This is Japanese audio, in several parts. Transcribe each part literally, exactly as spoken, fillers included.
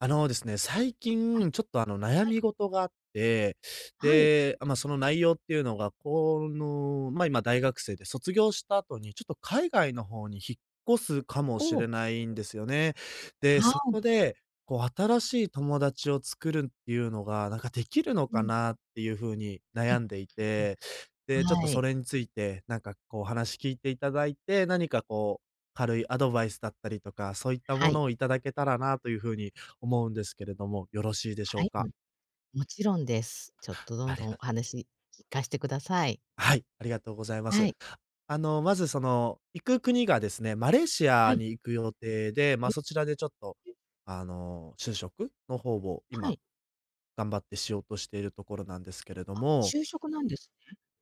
あのですね、最はい、近ちょっとあの悩はい、み事があって、はい。で、まあ、まその内容っていうのが、この、まあ、今大学生で卒業した後に、ちょっと海外の方に引っ越すかもしおお、れないんですよね。で、はそこい。で、こう新しい友達を作るっていうのが、なんかできるのうかん、なっていう風にう悩ん、んでいうん。て、で、ちょっはとそい。れについて、なんかこう話聞いていただいて、何かこう軽いアドバイスだったりとか、そういったはもい、のをいただけたらなという風に思うんですけれども、よろしいでしょはうい、もか？もちろんです。ちょっとどあんりどんおが話聞かしてください。はい、ありがとうございまはす。い、あの、まずその、行く国がですね、マレーシはアい。に行く予定で、ま、そちらでちょっと、え、あの、就職の方をは今い、頑張ってしようとしているところなんですけれども、就職なんです。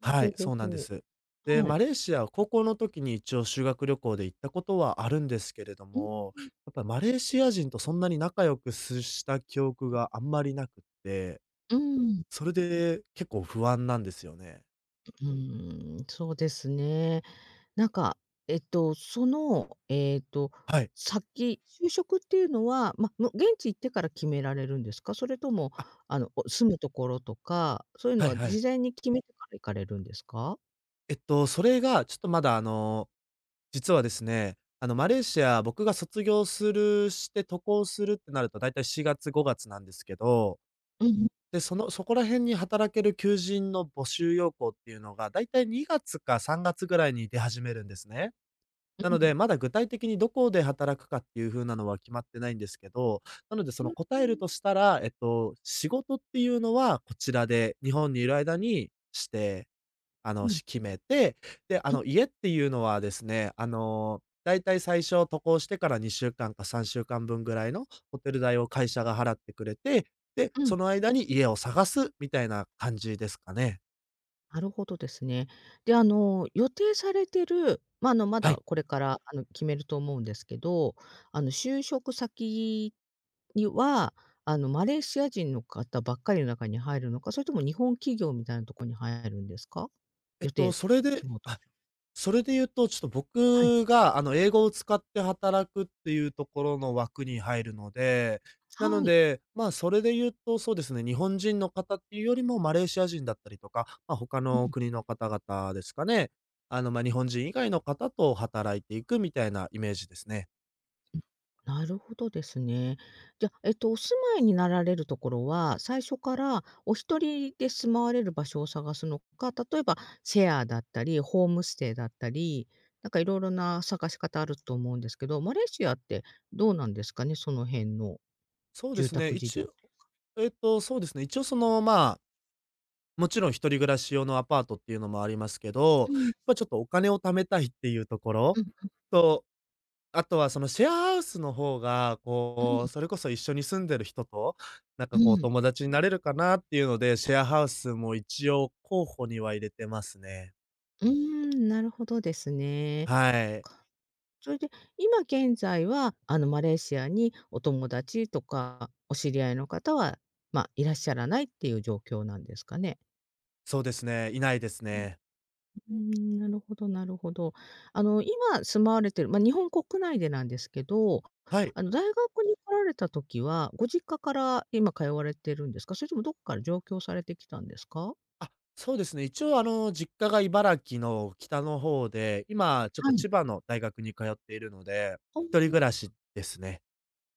はほうい、ほうそうなほんでうす。ほう。で、はい。マレーシアは高校の時に一応修学旅行で行ったことはあるんですけれどうん、も、うん。やっぱマレーシア人とそんなに仲良くすした記憶があんまりなくって、うーん、それで結構不安なんですよね。ん、そうですね。なんか、えっと、その、えっと、はい。先就職っていうのは、ま、む現地行ってから決められるんですか？それとも、あ、あの、お住むところとか、そういうのはいははい。事前に決めてから行かれるんですか？えっと、それがちょっとまだあの、実はですね、あのマレーシア、僕が卒業するして渡航するってなると、だいたいしがつ、ごがつなんですけど、うんうんで、そのそこら辺に働ける求人の募集要項っていうのが、だいたいにがつかさんがつぐらいに出始めるんですね。うなので、ん。まだ具体的にどこで働くかっていう風なのは決まってないんですけど、なのでうそんの答えうるん。としたら、えっと、仕事っていうのはこちらで、日本にいる間にして、あの、しう決めて、で、あの、ん家っていうのはですね、あの、だいたい最初渡航してからにしゅうかんかさんしゅうかんぶんぐらいのホテル代を会社が払ってくれて、で、うん。その間に家を探すみたいな感じですかね。なるほどですね。で、あの、予定されてる、ま、あの、まはだい。これから、あの、決めると思うんですけど、あの、就職先には、あの、マレーシア人の方ばっかりの中に入るのか、それとも日本企業みたいなとこに入るんですか？えっ予と、定、それで希望とはしい。ては。それで言うと、ちょっとはい。僕が、あの、英語を使って働くっていうところの枠に入るので、はなのい。で、まあ、それで言うと、そうですね、日本人の方っていうよりもマレーシア人だったりとか、まあ、他うのん、国の方々ですかね。あの、まあ、日本人以外の方と働いていくみたいなイメージですね。なるほどですね。じゃ、えっと、お住まいになられるところは、最初からお一人で住まわれる場所を探すのか、例えばシェアだったり、ホームステイだったり、なんかいろいろな探し方あると思うんですけど、マレーシアってどうなんですかね、その辺のそうで住すね、宅事一情。応えっと、そうですね、一応その、まあ、もちろん一人暮らし用のアパートっていうのもありますけうど、ん、ま、ちょっとお金を貯めたいっていうとこうろん、うん、と、あとはそのシェアハウスの方が、こう、それこそ一緒に住んでる人と、なんうかこうん。友達になれるかなっていうので、シェアハウスも一応候補には入れてますね。うーん、なるほどですね。はい。かそれで、今現在は、あの、マレーシアにお友達とか、お知り合いの方は、まあ、いらっしゃらないっていう状況なんですかね？そうですね、いないですうん。ね。うーん、なるほどなるほど。あの、今住まわれてる、ま、日本国内でなんですけど、はい。あの、大学に来られた時は、ご実家から今通われてるんですか？それともどっかから上京されてきたんですか？あ、そうですね、一応あの実家が茨城の北の方で、今ちょっはとい。千葉の大学に通っているので、あ一人暮あ。らしですね。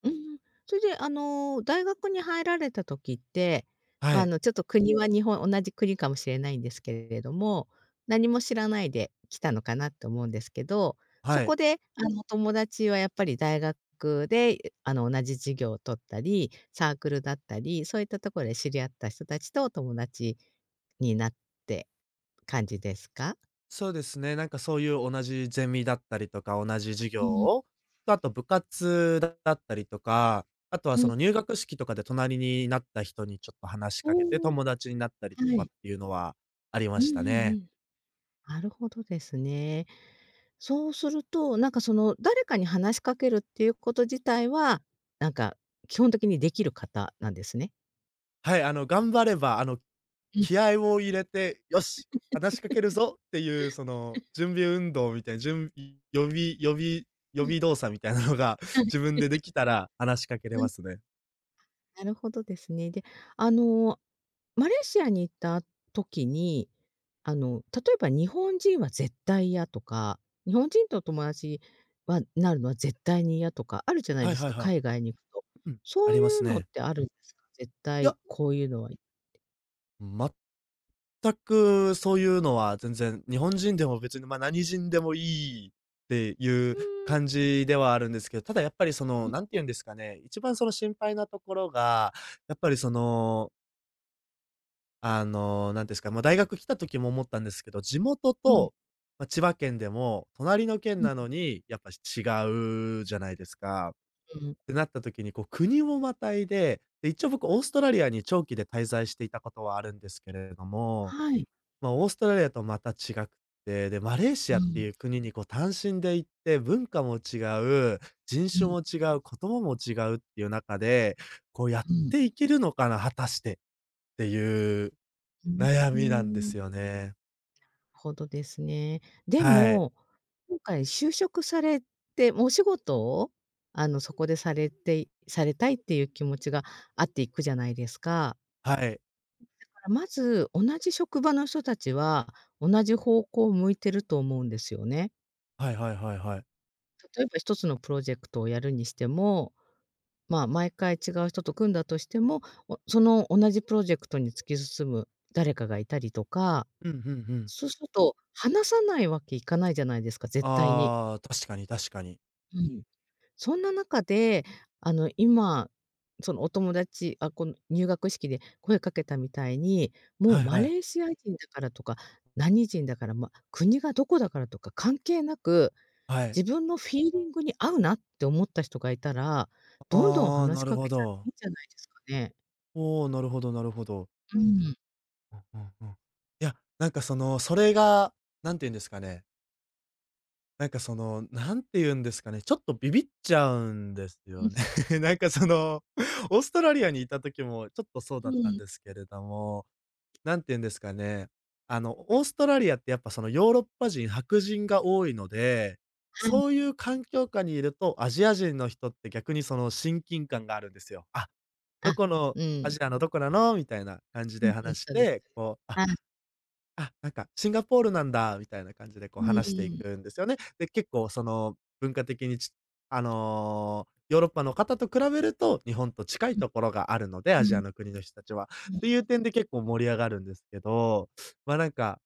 うん、それで、あの、大学に入られた時って、はま、あい。の、ちょっと国は日本同じ国かもしれないんですけれども、何も知らないで来たのかなと思うんですけど、そはこい。で、あの、友達はやっぱり大学で、あの、同じ授業を取ったり、サークルだったり、そういったところで知り合った人たちと友達になって感じですか？そうですね、なんかそういう同じゼミだったりとか、同じ授う業んうん。を、とあと部活だったりとか、あとはうそん。の入学式とかで隣になった人にちょっと話しかけておお、友達になったりとはかっい。ていうのはありまうんうんしたうね。ん。なるほどですね。そうすると、なんかその誰かに話しかけるっていうこと自体は、なんか基本的にできる方なんですね。はい、あの頑張れば、あのうん、気合を入れて、よし、話しかけるぞっていうその準備運動みたいな、準備予備予備予うん、備動作みたいなのが 自分でできたら話しかけれま すね。なるほどですね。で、あの、マレーシアに行った時に、あの、例えば日本人は絶対嫌とか、日本人と友達はなるのは絶対に嫌とかあるじゃないはでいすはいか、はい。海外に行くと。うん、あそうりまいすうのっね。てあるんですか？絶い対や、こういうのは全くそういうのは全然、日本人でも別に、ま、何人でもいいっていううーん。感じではあるんですけど、ただやっぱりそうの、ん、何て言うんですかね、一番その心配なところが、やっぱりその、あの、なんですか、ま、大学来た時も思ったんですけど、地元うん、と、ま、千葉県でも隣の県うん。なのに、やっぱ違うじゃないですか。うん、ってなった時にこう国をまたいで、で、一応僕オーストラリアに長期で滞在していたことはあるんですけれども、はい。まあ、オーストラリアとまた違くて、で、マレーうシん、アってういう国にこう単身で行って、文化も違う、人種もん。違う、言葉も違うっていう中で、こうやっうん。ていけるのかな、果たしてっていううん、悩うーみなんでん、すよね。ほどですね。ではい。も、今回就職されて、もうお仕事を、あの、そこでされてされたいっていう気持ちがあっていくじゃないですか。はい。だからまず、同じ職場の人たちは、同じ方向を向いてると思うんですよね。はいはいはいはい。例えば一つのプロジェクトをやるにしても、まあ、毎回違う人と組んだとしても、おその同じプロジェクトに突き進む誰かがいたりとか、うん、うんうん。そうすると、話さないわけいかないじゃないですか、絶対に。ああ、確かに確かに。うん。そんな中で、あの、今、そのお友達あ、この入学式で声かけたみたいに、もうはいマはい。レーシア人だからとか、何人だから、ま、国がどこだからとか関係なく、はい。自分のフィーリングに合うなって思った人がいたら、どんどんああ、話しなるかほけちゃっていいど。んじゃないですかね。おお、なるほどなるほど。うん。うんうんうん。いや、なんかその、それが、なんて言うんですかね、なんかその、なんて言うんですかね、ちょっとビビっちゃうんですうよね。なんかその、オーストラリアにいた時もちょっとそうん、だうったんん。ですけれども、なんて言うんですかね、あの、オーストラリアってやっぱそのヨーロッパ人、白人が多いので、はそい。ういう環境下にいると、アジア人の人って逆にその親近感があるんですよ。あ、あ、どこのうアん。ジアのどこなのみたいな感じうんでうん、話しそうです。て、こう、あ、あ、あ、なんか「シンガポールなんだ」みたいな感じでこううん。う話していくんんですよね。で、結構その文化的にちあの、ヨーロッパの方と比べると、日本と近いところがあるので、うアん、ジうん。アの国の人たちは。っていう点で結構盛り上がるんですけど、ま、あなんか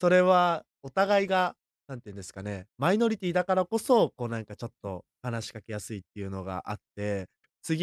それはお互いが、なんていうんですかね、マイノリティだからこそ、こうなんかちょっと話しかけやすいっていうのがあって、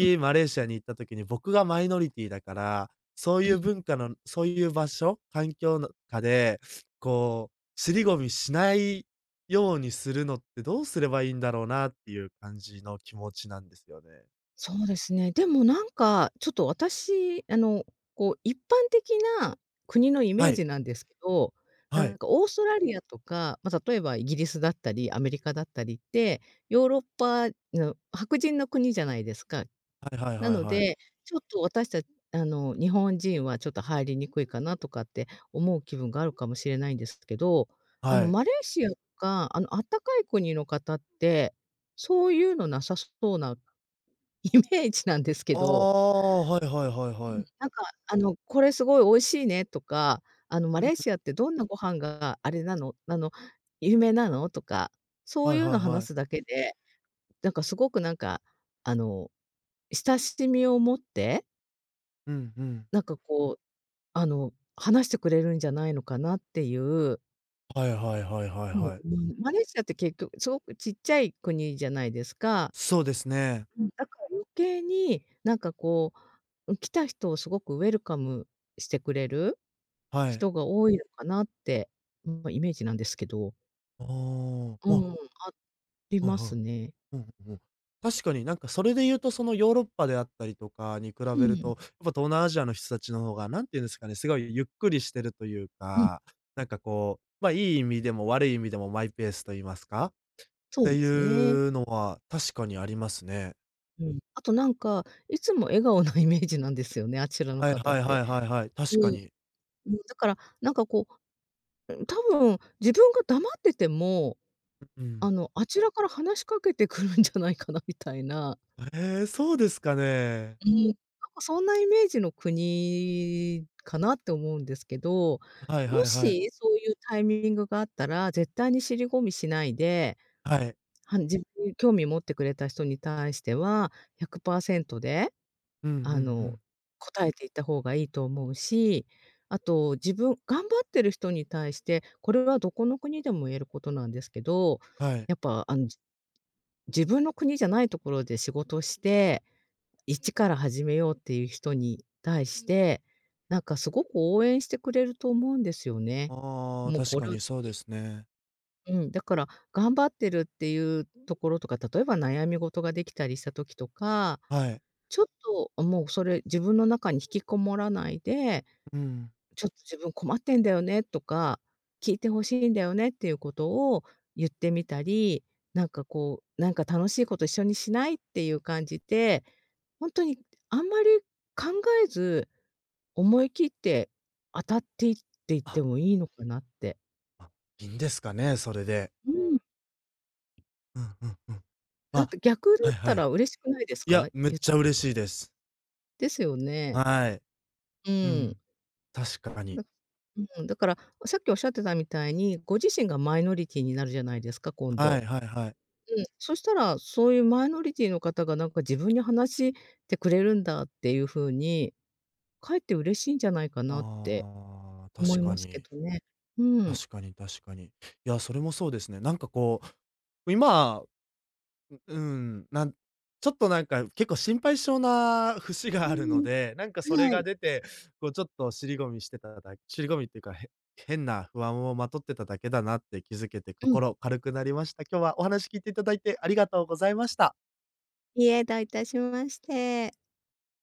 うんマレーシアに行った時に僕がマイノリティだから、そうういうん、文化の、そういう場所、環境の下で、こう、尻込みしないようにするのってどうすればいいんだろうなっていう感じの気持ちなんですよね。そうですね。でもなんか、ちょっと私、あの、こう、一般的な国のイメはーい。ジなんですけど、はなんい。かオーストラリアとか、まあ、例えばイギリスだったり、アメリカだったりって、ヨーロッパの白人の国じゃないですか。はいはいなはいのはで、い。ちょっと私たちあの、日本人はちょっと入りにくいかなとかって思う気分があるかもしれないんですけど、あの、はい。マレーシアとか、あの、暖かい国の方って、そういうのなさそうなイメージなんですけあど、あ、はいはいはいはい。なんかあの、これすごい美味しいねとか、あの、マうレん、ーシアってどんなご飯があれなの、あの、有名なのとか、そうはいいうはのいは話い。すだけで、なんかすごくなんか、あの、親しみを持って、うんうん。なんかこう、あの、話してくれるんじゃないのかなっていう、はいはいはいはいうん、うはい。ん、マレーシアって結局すごくちっちゃい国じゃないですか。そうですね。うん、だから余計になんかこう、うん、来た人をすごくウェルカムしてくれるはい。人が多いのかなって、ま、イメージなんですけど、ああ、まあ、うん、ありはいますはね。い。うんうんうん。確かになんかそれで言うと、そのヨーロッパであったりとかに比うべるん、と、やっぱ東南アジアの人たちの方が、なんて言うんですかね、すごいゆっくりしてるといううん、か、なんかこう、ま、あいい意味でも悪い意味でもマイペースと言いますか、っそうてでいすね。うのは確かにありますね。うん。あとなんか、いつも笑顔な イメージなんですよね、あちらのはい方っはいはて。いはいはい、う確ん、かに。うん、だから、なんかこう、うん、多分自分が黙ってても、うあん。の、あちらから話しかけてくるんじゃないかなみたいな、ええ、そうですかね。うん、なんかそんなイメージの国かなって思うんですけど、はいもはいはい。しそういうタイミングがあったら、絶対に尻込みしないで、はい。は自分に興味持ってくれた人に対しては、ひゃくパーセントで、うんうんうあの、ん。答えていった方がいいと思うし、あと自分頑張ってる人に対して、これはどこの国でも言えることなんですけど、はい。やっぱあの、じ自分の国じゃないところで仕事して一から始めようっていう人に対して、なんかすごく応援してくれると思うんですよね。ああ、もう確こかれはうにそうですね。ん、だから頑張ってるっていうところとか、例えば悩み事ができたりした時とか、はい。ちょっと、もうそれ自分の中に引きこもらないで、うん。ちょっと自分困ってんだよねとか、聞いてほしいんだよねっていうことを言ってみたり、なんかこう、なんか楽しいこと一緒にしないっていう感じで、ほんとにあんまり考えず、思い切って当たっていっていってあ、もいいのかなって。あ、いいんですかね、それで。うん、うんうんうん。まだってあ、逆だっはいたはい。ら嬉しくないですいか？や、めっゆちゃ嬉しいです。ですよね。はい。ううん。ん、確かだに。うん、だから、さっきおっしゃってたみたいに、ご自身がマイノリティになるじゃないですか、今は度。いはいはい。うん、そしたら、そういうマイノリティの方がなんか自分に話してくれるんだっていう風に、かえって嬉しいんじゃないかなってああ、思確いかますけに。どね。うん。確かに確かに。いや、それもそうですね。なんかこう、今うん、なん、ちょっとなんか結構心配性な節うがあるのん、で、なんかそれはがい。出て、こうちょっと尻込みしてた、だ尻込みっていうか、へ変な不安をまとってただけだなって気づけて、うん。心軽くなりました。今日はお話聞いていただいてありがとうございました。いえ、どういたしまして。